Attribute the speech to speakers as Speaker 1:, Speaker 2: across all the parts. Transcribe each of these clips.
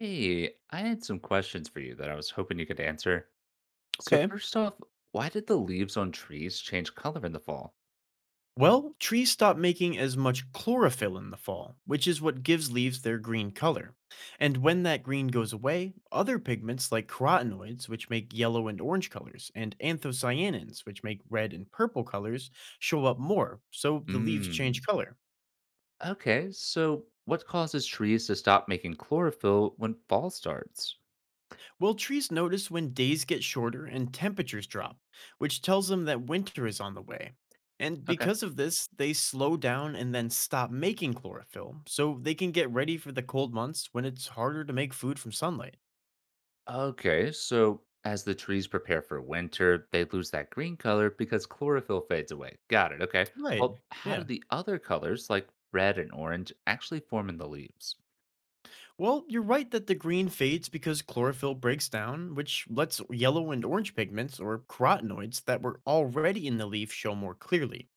Speaker 1: Hey, I had some questions for you that I was hoping you could answer. So
Speaker 2: Okay.
Speaker 1: first off, why did the leaves on trees change color in the fall?
Speaker 2: Well, trees stop making as much chlorophyll in the fall, which is what gives leaves their green color. And when that green goes away, other pigments like carotenoids, which make yellow and orange colors, and anthocyanins, which make red and purple colors, show up more, so the leaves change
Speaker 1: Mm,
Speaker 2: color.
Speaker 1: okay, so what causes trees to stop making chlorophyll when fall starts?
Speaker 2: Well, trees notice when days get shorter and temperatures drop, which tells them that winter is on the way. And
Speaker 1: Okay.
Speaker 2: because of this, they slow down and then stop making chlorophyll, so they can get ready for the cold months when it's harder to make food from sunlight.
Speaker 1: Okay, so as the trees prepare for winter, they lose that green color because chlorophyll fades away. Got it, okay.
Speaker 2: Right.
Speaker 1: Well, how do
Speaker 2: Yeah.
Speaker 1: the other colors, like red and orange, actually form in the leaves?
Speaker 2: Well, you're right that the green fades because chlorophyll breaks down, which lets yellow and orange pigments or carotenoids that were already in the leaf show more clearly.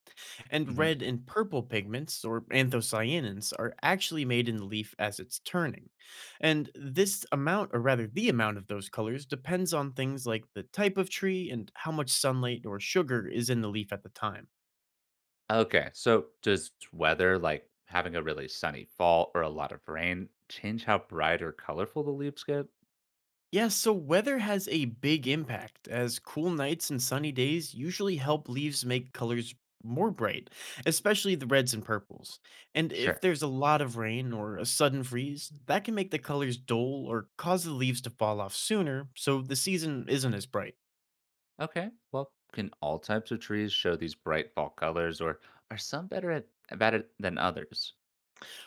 Speaker 2: And red and purple pigments, or anthocyanins, are actually made in the leaf as it's turning. And this amount, or rather the amount of those colors, depends on things like the type of tree and how much sunlight or sugar is in the leaf at the time.
Speaker 1: Okay, so does weather, like having a really sunny fall or a lot of rain, change how bright or colorful the leaves get?
Speaker 2: Yeah, so weather has a big impact, as cool nights and sunny days usually help leaves make colors more bright, especially the reds and purples. And if
Speaker 1: Sure.
Speaker 2: there's a lot of rain or a sudden freeze, that can make the colors dull or cause the leaves to fall off sooner, so the season isn't as bright.
Speaker 1: Okay, well, can all types of trees show these bright fall colors, or are some better at about it than others?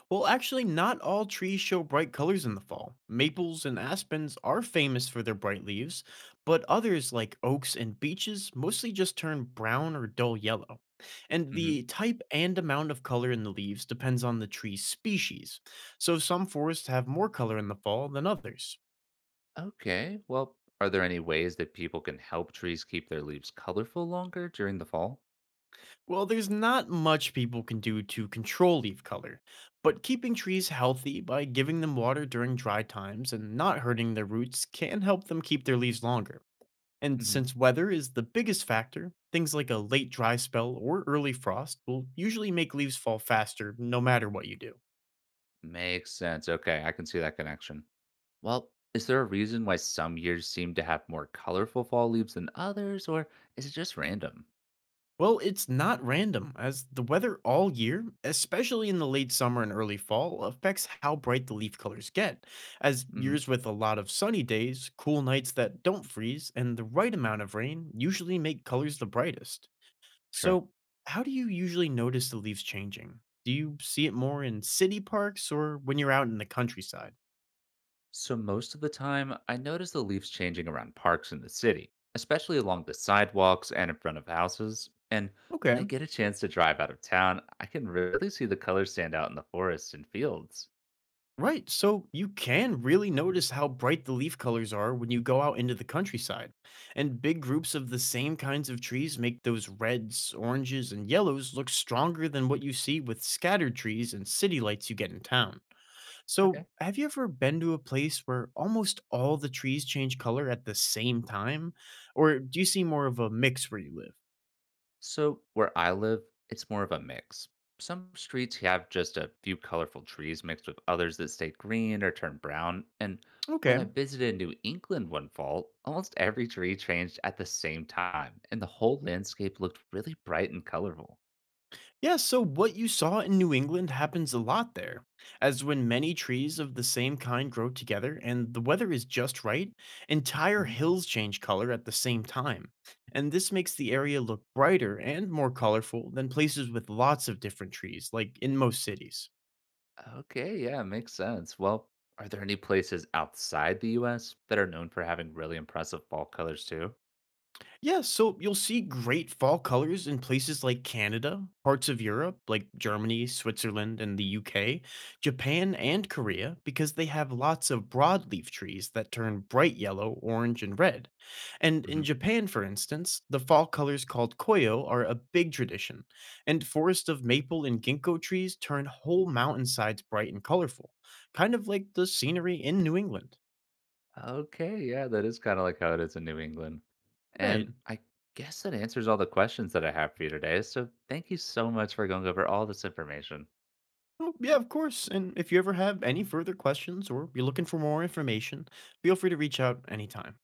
Speaker 2: Well, actually, not all trees show bright colors in the fall. Maples and aspens are famous for their bright leaves, but others, like oaks and beeches, mostly just turn brown or dull yellow. And
Speaker 1: hmm
Speaker 2: the type and amount of color in the leaves depends on the tree's species, so some forests have more color in the fall than others.
Speaker 1: Okay, well, are there any ways that people can help trees keep their leaves colorful longer during the fall?
Speaker 2: Well, there's not much people can do to control leaf color, but keeping trees healthy by giving them water during dry times and not hurting their roots can help them keep their leaves longer. And
Speaker 1: hmm
Speaker 2: since weather is the biggest factor, things like a late dry spell or early frost will usually make leaves fall faster no matter what you do.
Speaker 1: Makes sense. Okay, I can see that connection. Well, is there a reason why some years seem to have more colorful fall leaves than others, or is it just random?
Speaker 2: Well, it's not random, as the weather all year, especially in the late summer and early fall, affects how bright the leaf colors get. As
Speaker 1: hmm
Speaker 2: years with a lot of sunny days, cool nights that don't freeze, and the right amount of rain usually make colors the brightest.
Speaker 1: Sure.
Speaker 2: So, how do you usually notice the leaves changing? Do you see it more in city parks or when you're out in the countryside?
Speaker 1: So, most of the time, I notice the leaves changing around parks in the city, especially along the sidewalks and in front of houses. And when
Speaker 2: Okay.
Speaker 1: I get a chance to drive out of town, I can really see the colors stand out in the forests and fields.
Speaker 2: Right. So you can really notice how bright the leaf colors are when you go out into the countryside. And big groups of the same kinds of trees make those reds, oranges, and yellows look stronger than what you see with scattered trees and city lights you get in town. So,
Speaker 1: Okay.
Speaker 2: have you ever been to a place where almost all the trees change color at the same time? Or do you see more of a mix where you live?
Speaker 1: So, where I live, it's more of a mix. Some streets have just a few colorful trees mixed with others that stay green or turn brown. And when
Speaker 2: Okay.
Speaker 1: I visited New England one fall, almost every tree changed at the same time, and the whole landscape looked really bright and colorful.
Speaker 2: Yeah, so what you saw in New England happens a lot there, as when many trees of the same kind grow together and the weather is just right, entire
Speaker 1: hmm
Speaker 2: hills change color at the same time. And this makes the area look brighter and more colorful than places with lots of different trees, like in most cities.
Speaker 1: Okay, yeah, makes sense. Well, are there any places outside the US that are known for having really impressive fall colors too?
Speaker 2: Yeah, so you'll see great fall colors in places like Canada, parts of Europe like Germany, Switzerland, and the UK, Japan, and Korea because they have lots of broadleaf trees that turn bright yellow, orange, and red. And in Japan, for instance, the fall colors called koyo are a big tradition, and forests of maple and ginkgo trees turn whole mountainsides bright and colorful, kind of like the scenery in New England.
Speaker 1: Okay, yeah, that is kind of like how it is in New England.
Speaker 2: Right.
Speaker 1: And I guess that answers all the questions that I have for you today. So thank you so much for going over all this information.
Speaker 2: Oh, yeah, of course. And if you ever have any further questions or you're looking for more information, feel free to reach out anytime.